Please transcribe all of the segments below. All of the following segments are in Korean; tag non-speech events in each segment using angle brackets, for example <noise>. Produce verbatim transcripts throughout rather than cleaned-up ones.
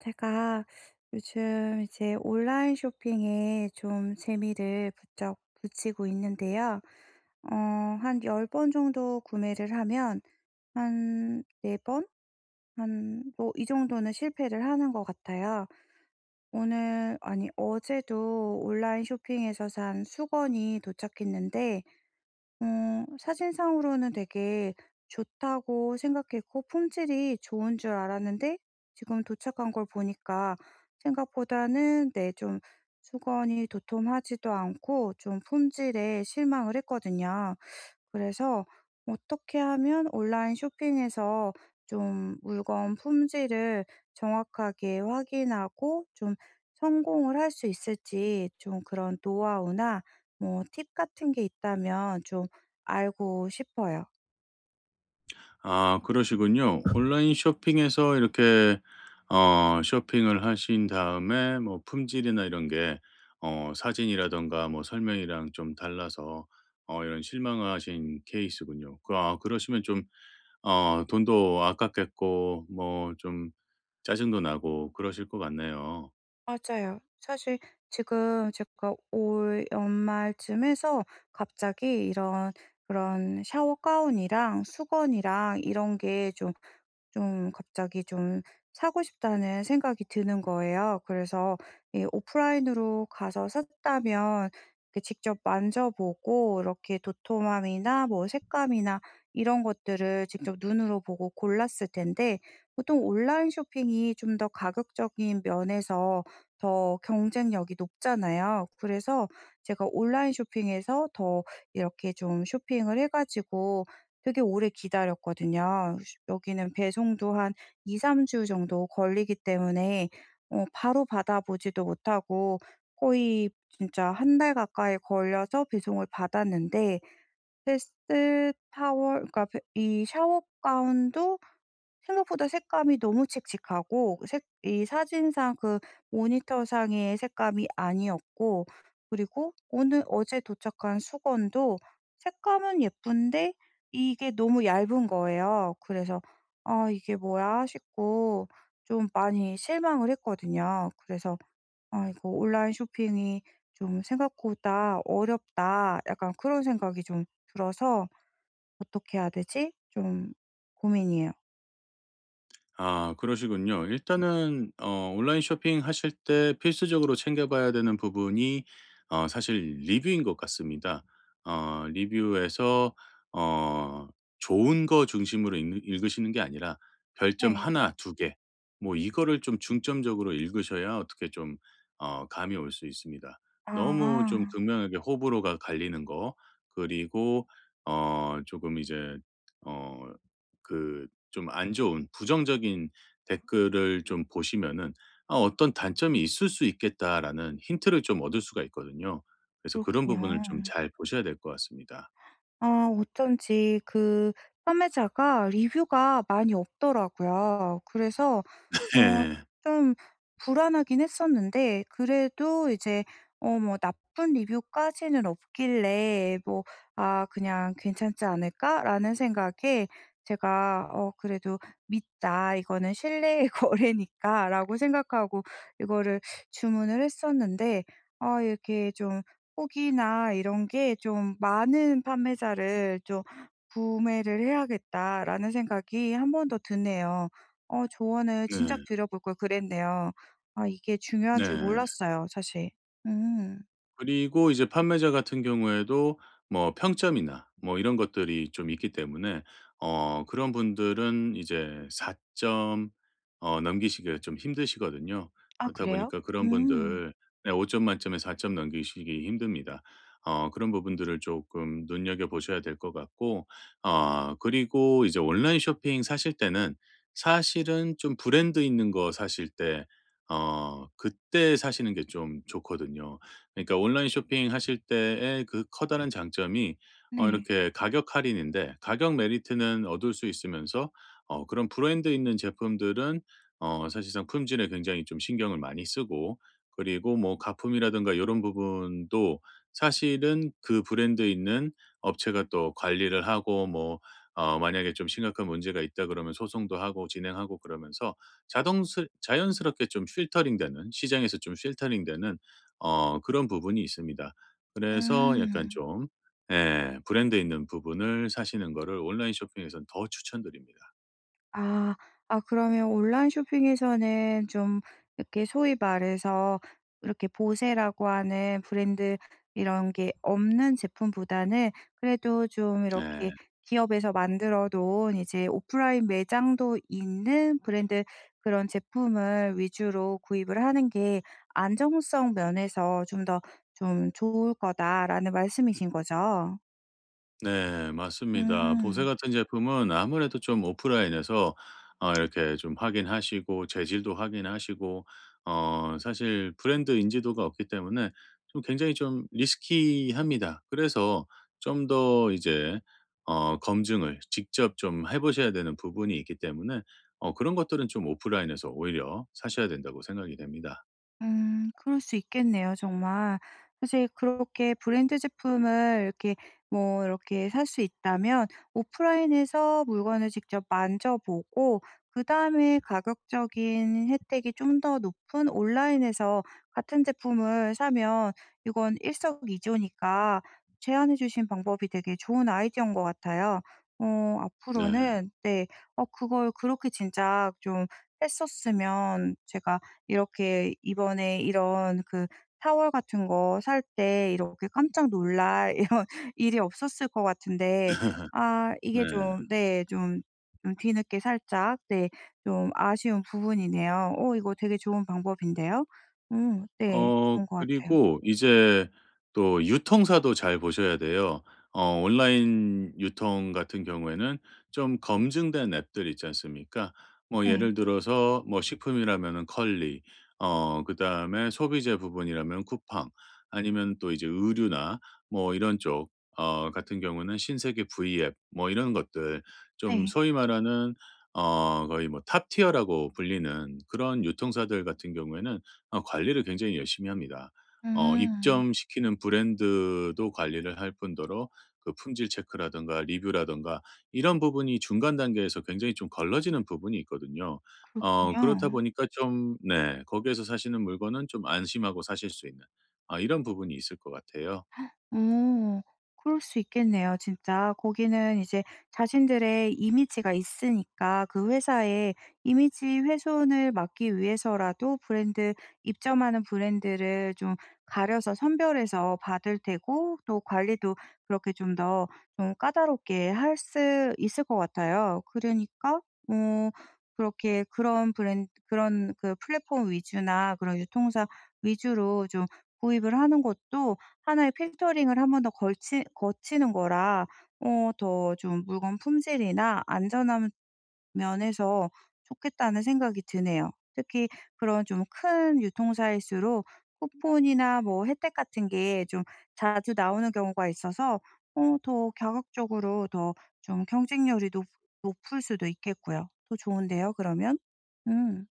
제가 요즘 이제 온라인 쇼핑에 좀 재미를 부쩍 붙이고 있는데요. 어, 한 열 번 정도 구매를 하면 한 네 번? 한, 뭐, 이 정도는 실패를 하는 것 같아요. 오늘, 아니, 어제도 온라인 쇼핑에서 산 수건이 도착했는데, 어 사진상으로는 되게 좋다고 생각했고 품질이 좋은 줄 알았는데 지금 도착한 걸 보니까 생각보다는 네 좀 수건이 도톰하지도 않고 좀 품질에 실망을 했거든요. 그래서 어떻게 하면 온라인 쇼핑에서 좀 물건 품질을 정확하게 확인하고 좀 성공을 할 수 있을지 좀 그런 노하우나 뭐 팁 같은 게 있다면 좀 알고 싶어요. 아 그러시군요. 온라인 쇼핑에서 이렇게 어 쇼핑을 하신 다음에 뭐 품질이나 이런 게 어 사진이라든가 뭐 설명이랑 좀 달라서 어 이런 실망하신 케이스군요. 그 아 그러시면 좀 어 돈도 아깝겠고 뭐 좀 짜증도 나고 그러실 것 같네요. 맞아요. 사실 지금 제가 올 연말쯤에서 갑자기 이런 그런 샤워 가운이랑 수건이랑 이런 게좀 좀 갑자기 좀 사고 싶다는 생각이 드는 거예요. 그래서 이 오프라인으로 가서 샀다면 이렇게 직접 만져보고 이렇게 도톰함이나 뭐 색감이나 이런 것들을 직접 눈으로 보고 골랐을 텐데 보통 온라인 쇼핑이 좀 더 가격적인 면에서 더 경쟁력이 높잖아요. 그래서 제가 온라인 쇼핑에서 더 이렇게 좀 쇼핑을 해가지고 되게 오래 기다렸거든요. 여기는 배송도 한 이삼 주 정도 걸리기 때문에 어 바로 받아보지도 못하고 거의 진짜 한 달 가까이 걸려서 배송을 받았는데 베스트 타월 그러니까 베 이 샤워 가운도 생각보다 색감이 너무 칙칙하고 색 이 사진상 그 모니터상의 색감이 아니었고 그리고 오늘 어제 도착한 수건도 색감은 예쁜데 이게 너무 얇은 거예요. 그래서 '아 이게 뭐야?' 싶고 좀 많이 실망을 했거든요. 그래서 '아 이거 온라인 쇼핑이 좀 생각보다 어렵다.' 약간 그런 생각이 좀 들어서 '어떻게 해야 되지?' 좀 고민이에요. 아 그러시군요. 일단은 어 온라인 쇼핑하실 때 필수적으로 챙겨 봐야 되는 부분이 어 사실 리뷰인 것 같습니다. 어 리뷰에서 어 좋은 거 중심으로 읽 읽으시는 게 아니라 별점 네. 하나, 두 개 뭐 이거를 좀 중점적으로 읽으셔야 어떻게 좀 어 감이 올 수 있습니다. 너무 좀 아 극명하게 호불호가 갈리는 거, 그리고 어 조금 이제 어 그 좀 안 좋은 부정적인 댓글을 좀 보시면은 '아 어떤 단점이 있을 수 있겠다.'라는 힌트를 좀 얻을 수가 있거든요. 그래서 그런 그렇군요. 부분을 좀 잘 보셔야 될 것 같습니다. 아 어쩐지 그 판매자가 리뷰가 많이 없더라고요. 그래서 어 네. 좀 불안하긴 했었는데 그래도 이제 어 뭐 나쁜 리뷰까지는 없길래 뭐 '아 그냥 괜찮지 않을까?'라는 생각에 제가 '어 그래도 믿자. 이거는 신뢰의 <laughs> 거래니까.'라고 생각하고 이거를 주문을 했었는데 아 이렇게 좀 혹이나 이런 게 좀 '많은 판매자를 좀 구매를 해야겠다.'라는 생각이 한 번 더 드네요. 어 조언을 진작 네. 드려볼 걸 그랬네요. 아 이게 중요한 줄 네. 몰랐어요 사실. 음. 그리고 이제 판매자 같은 경우에도 뭐 평점이나 뭐 이런 것들이 좀 있기 때문에 어 그런 분들은 이제 사 점 어 넘기시기가 좀 힘드시거든요. 아 그렇다 그래요? 보니까 그런 음. 분들, 네 오 점 만점에 사 점 넘기시기 힘듭니다. 어 그런 부분들을 조금 눈여겨 보셔야 될 것 같고, 어 그리고 이제 온라인 쇼핑 사실 때는 사실은 좀 브랜드 있는 거 사실 때 어 그때 사시는 게 좀 좋거든요. 그러니까 온라인 쇼핑하실 때의 그 커다란 장점이 어 네. 이렇게 가격 할인인데 가격 메리트는 얻을 수 있으면서 어 그런 브랜드 있는 제품들은 어 사실상 품질에 굉장히 좀 신경을 많이 쓰고, 그리고 뭐 가품이라든가 이런 부분도 사실은 그 브랜드 있는 업체가 또 관리를 하고, 뭐 어 만약에 좀 심각한 문제가 있다 그러면 소송도 하고 진행하고 그러면서 자동스 자연스럽게 좀 필터링되는 시장에서 좀 필터링되는 어 그런 부분이 있습니다. 그래서 약간 음. 좀 예 브랜드 있는 부분을 사시는 거를 온라인 쇼핑에선 더 추천드립니다. 아. 아 그러면 온라인 쇼핑에서는 좀 이렇게 소위 말해서 이렇게 보세라고 하는 브랜드 이런 게 없는 제품보다는 그래도 좀 네. 이렇게 기업에서 만들어 놓은 이제 오프라인 매장도 있는 브랜드 그런 제품을 위주로 구입을 하는 게 안정성 면에서 좀 더 좀 좋을 거다라는 말씀이신 거죠? 네 맞습니다. 보세 음. 같은 제품은 아무래도 좀 오프라인에서 어 이렇게 좀 확인하시고 재질도 확인하시고 어 사실 브랜드 인지도가 없기 때문에 좀 굉장히 좀 리스키합니다. 그래서 좀 더 이제 어 검증을 직접 좀 해 보셔야 되는 부분이 있기 때문에 어 그런 것들은 좀 오프라인에서 오히려 사셔야 된다고 생각이 됩니다. 음 그럴 수 있겠네요 정말. 사실 그렇게 브랜드 제품을 이렇게 뭐 이렇게 살 수 있다면 오프라인에서 물건을 직접 만져보고 그다음에 가격적인 혜택이 좀 더 높은 온라인에서 같은 제품을 사면 이건 일석이조니까 제안해 주신 방법이 되게 좋은 아이디어인 것 같아요. 어 네. 앞으로는 네 어 그걸 그렇게 진짜 좀 했었으면 제가 이렇게 "이번에 이런 그 타월 같은 거 살 때 이렇게 깜짝 놀랄 이런 <laughs> 일이 없었을 것 같은데 아 이게 네. 좀" 네 좀 좀 뒤늦게 살짝 네 좀 아쉬운 부분이네요. 오 이거 되게 좋은 방법인데요. 음 네. 어 좋은 것 같아요. 그리고 이제 또 유통사도 잘 보셔야 돼요. 어 온라인 유통 같은 경우에는 좀 검증된 앱들 있지 않습니까? 뭐 네. 예를 들어서 뭐 식품이라면은 컬리, 어 그다음에 소비재 부분이라면 쿠팡, 아니면 또 이제 의류나 뭐 이런 쪽 어 같은 경우는 신세계 V앱 뭐 이런 것들, 좀 네. 소위 말하는 어 거의 뭐 탑 티어라고 불리는 그런 유통사들 같은 경우에는 어 관리를 굉장히 열심히 합니다. 어 음. 입점시키는 브랜드도 관리를 할 뿐더러 그 품질 체크라든가 리뷰라든가 이런 부분이 중간 단계에서 굉장히 좀 걸러지는 부분이 있거든요. 어 그렇군요. 그렇다 보니까 좀 네 거기에서 사시는 물건은 좀 안심하고 사실 수 있는, 아 이런 부분이 있을 것 같아요. 어. 그럴 수 있겠네요 진짜. 거기는 이제 자신들의 이미지가 있으니까 그 회사의 이미지 훼손을 막기 위해서라도 브랜드 입점하는 브랜드를 좀 가려서 선별해서 받을 테고 또 관리도 그렇게 좀 더 좀 까다롭게 할 수 있을 것 같아요. 그러니까 어 그렇게 그런 브랜 그런 그 플랫폼 위주나 그런 유통사 위주로 좀 구입을 하는 것도 하나의 필터링을 한번 더 걸치 거치는 거라 어 더 좀 물건 품질이나 안전함 면에서 좋겠다는 생각이 드네요. 특히 그런 좀 큰 유통사일수록 쿠폰이나 뭐 혜택 같은 게 좀 자주 나오는 경우가 있어서 어 더 가격적으로 더 좀 경쟁률이 높 높을 수도 있겠고요. 더 좋은데요 그러면? 음.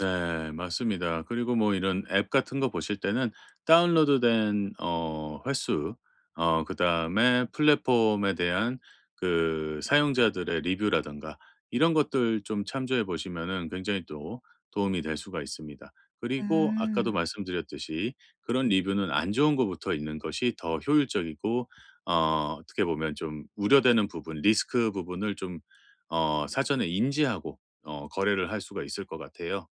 네. 맞습니다. 그리고 뭐 이런 앱 같은 거 보실 때는 다운로드 된 어 횟수, 어 그다음에 플랫폼에 대한 그 사용자들의 리뷰라든가 이런 것들 좀 참조해 보시면은 굉장히 또 도움이 될 수가 있습니다. 그리고 아까도 음. 말씀드렸듯이 그런 리뷰는 안 좋은 거부터 있는 것이 더 효율적이고 어 어떻게 보면 좀 우려되는 부분, 리스크 부분을 좀 어 사전에 인지하고 어 거래를 할 수가 있을 것 같아요.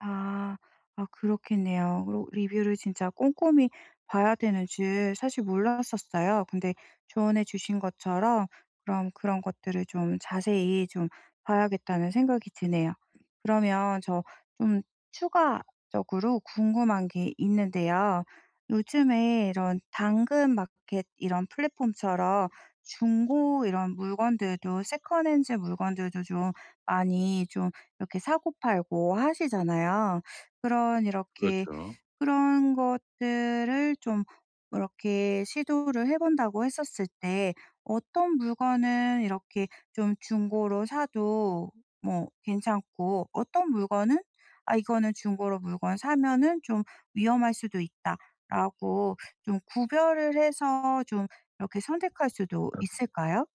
아. 아 그렇겠네요. 그리고 리뷰를 진짜 꼼꼼히 봐야 되는 줄 사실 몰랐었어요. 근데 조언해 주신 것처럼 그럼 그런 것들을 좀 자세히 좀 봐야겠다는 생각이 드네요. 그러면 저 좀 추가적으로 궁금한 게 있는데요. 요즘에 이런 당근 마켓 이런 플랫폼처럼 중고 이런 물건들도 세컨 핸즈 물건들도 좀 많이 좀 이렇게 사고팔고 하시잖아요. 그런 이렇게 그렇죠. 그런 것들을 좀 이렇게 시도를 해 본다고 했었을 때 어떤 물건은 이렇게 좀 중고로 사도 뭐 괜찮고 어떤 물건은 '아 이거는 중고로 물건 사면은 좀 위험할 수도 있다.'라고 좀 구별을 해서 좀 이렇게 선택할 수도 있을까요?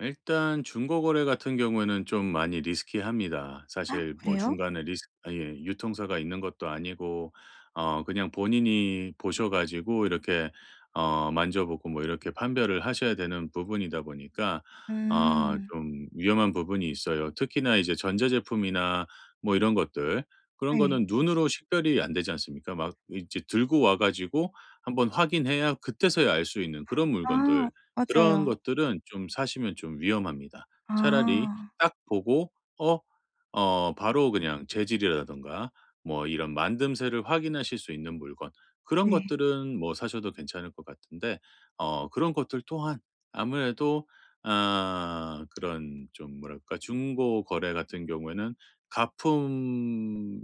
일단 중고 거래 같은 경우에는 좀 많이 리스키합니다. 아 사실 뭐 그래요? 중간에 리스 아 예 유통사가 있는 것도 아니고 어 그냥 본인이 보셔 가지고 이렇게 어 만져보고 뭐 이렇게 판별을 하셔야 되는 부분이다 보니까 아 음. 좀 위험한 부분이 있어요. 특히나 이제 전자제품이나 뭐 이런 것들, 그런 네. 거는 눈으로 식별이 안 되지 않습니까? 막 이제 들고 와 가지고 한번 확인해야 그때서야 알 수 있는 그런 물건들, 아 그런 맞아요. 것들은 좀 사시면 좀 위험합니다. 차라리 아. 딱 보고 어 어 바로 그냥 재질이라든가 뭐 이런 만듦새를 확인하실 수 있는 물건, 그런 네. 것들은 뭐 사셔도 괜찮을 것 같은데 어 그런 것들 또한 아무래도 아 그런 좀 뭐랄까 중고 거래 같은 경우에는 가품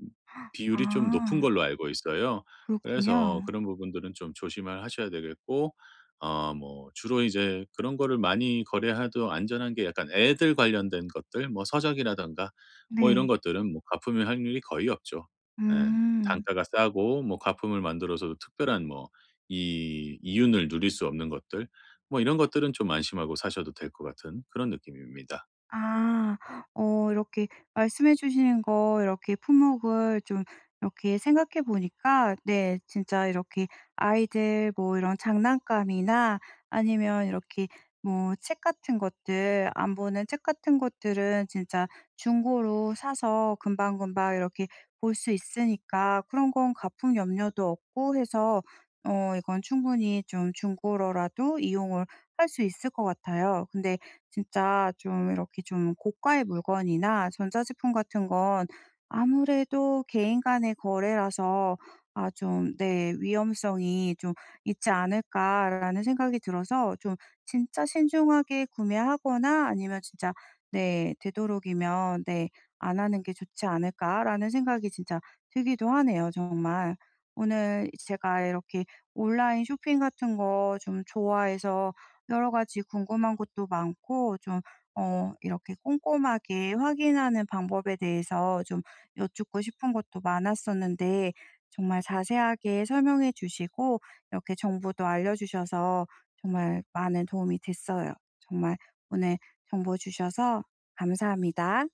비율이 좀 높은 아. 걸로 알고 있어요. 그래서 그렇군요. 그런 부분들은 좀 조심을 하셔야 되겠고 어 뭐 주로 이제 그런 거를 많이 거래해도 안전한 게 약간 애들 관련된 것들 뭐 서적이라든가 뭐 이런 네. 것들은 뭐 가품일 확률이 거의 없죠. 예. 음. 단가가 싸고 뭐 가품을 만들어서도 특별한 뭐 이 이윤을 누릴 수 없는 것들 뭐 이런 것들은 좀 안심하고 사셔도 될 것 같은 그런 느낌입니다. 아. 어 이렇게 말씀해 주시는 거 이렇게 품목을 좀 이렇게 생각해 보니까 네 진짜 이렇게 아이들 뭐 이런 장난감이나 아니면 이렇게 뭐 책 같은 것들 안 보는 책 같은 것들은 진짜 중고로 사서 금방금방 이렇게 볼 수 있으니까 그런 건 가품 염려도 없고 해서 어 이건 충분히 좀 중고로라도 이용을 할 수 있을 것 같아요. 근데 진짜 좀 이렇게 좀 고가의 물건이나 전자제품 같은 건 아무래도 개인 간의 거래라서 아 좀 네 '위험성이 좀 있지 않을까.'라는 생각이 들어서 좀 진짜 신중하게 구매하거나 아니면 진짜 네 되도록이면 네 '안 하는 게 좋지 않을까.'라는 생각이 진짜 들기도 하네요 정말. 오늘 제가 이렇게 온라인 쇼핑 같은 거 좀 좋아해서 여러 가지 궁금한 것도 많고 좀 어 이렇게 꼼꼼하게 확인하는 방법에 대해서 좀 여쭙고 싶은 것도 많았었는데 정말 자세하게 설명해 주시고 이렇게 정보도 알려주셔서 정말 많은 도움이 됐어요. 정말 오늘 정보 주셔서 감사합니다.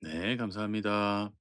네 감사합니다.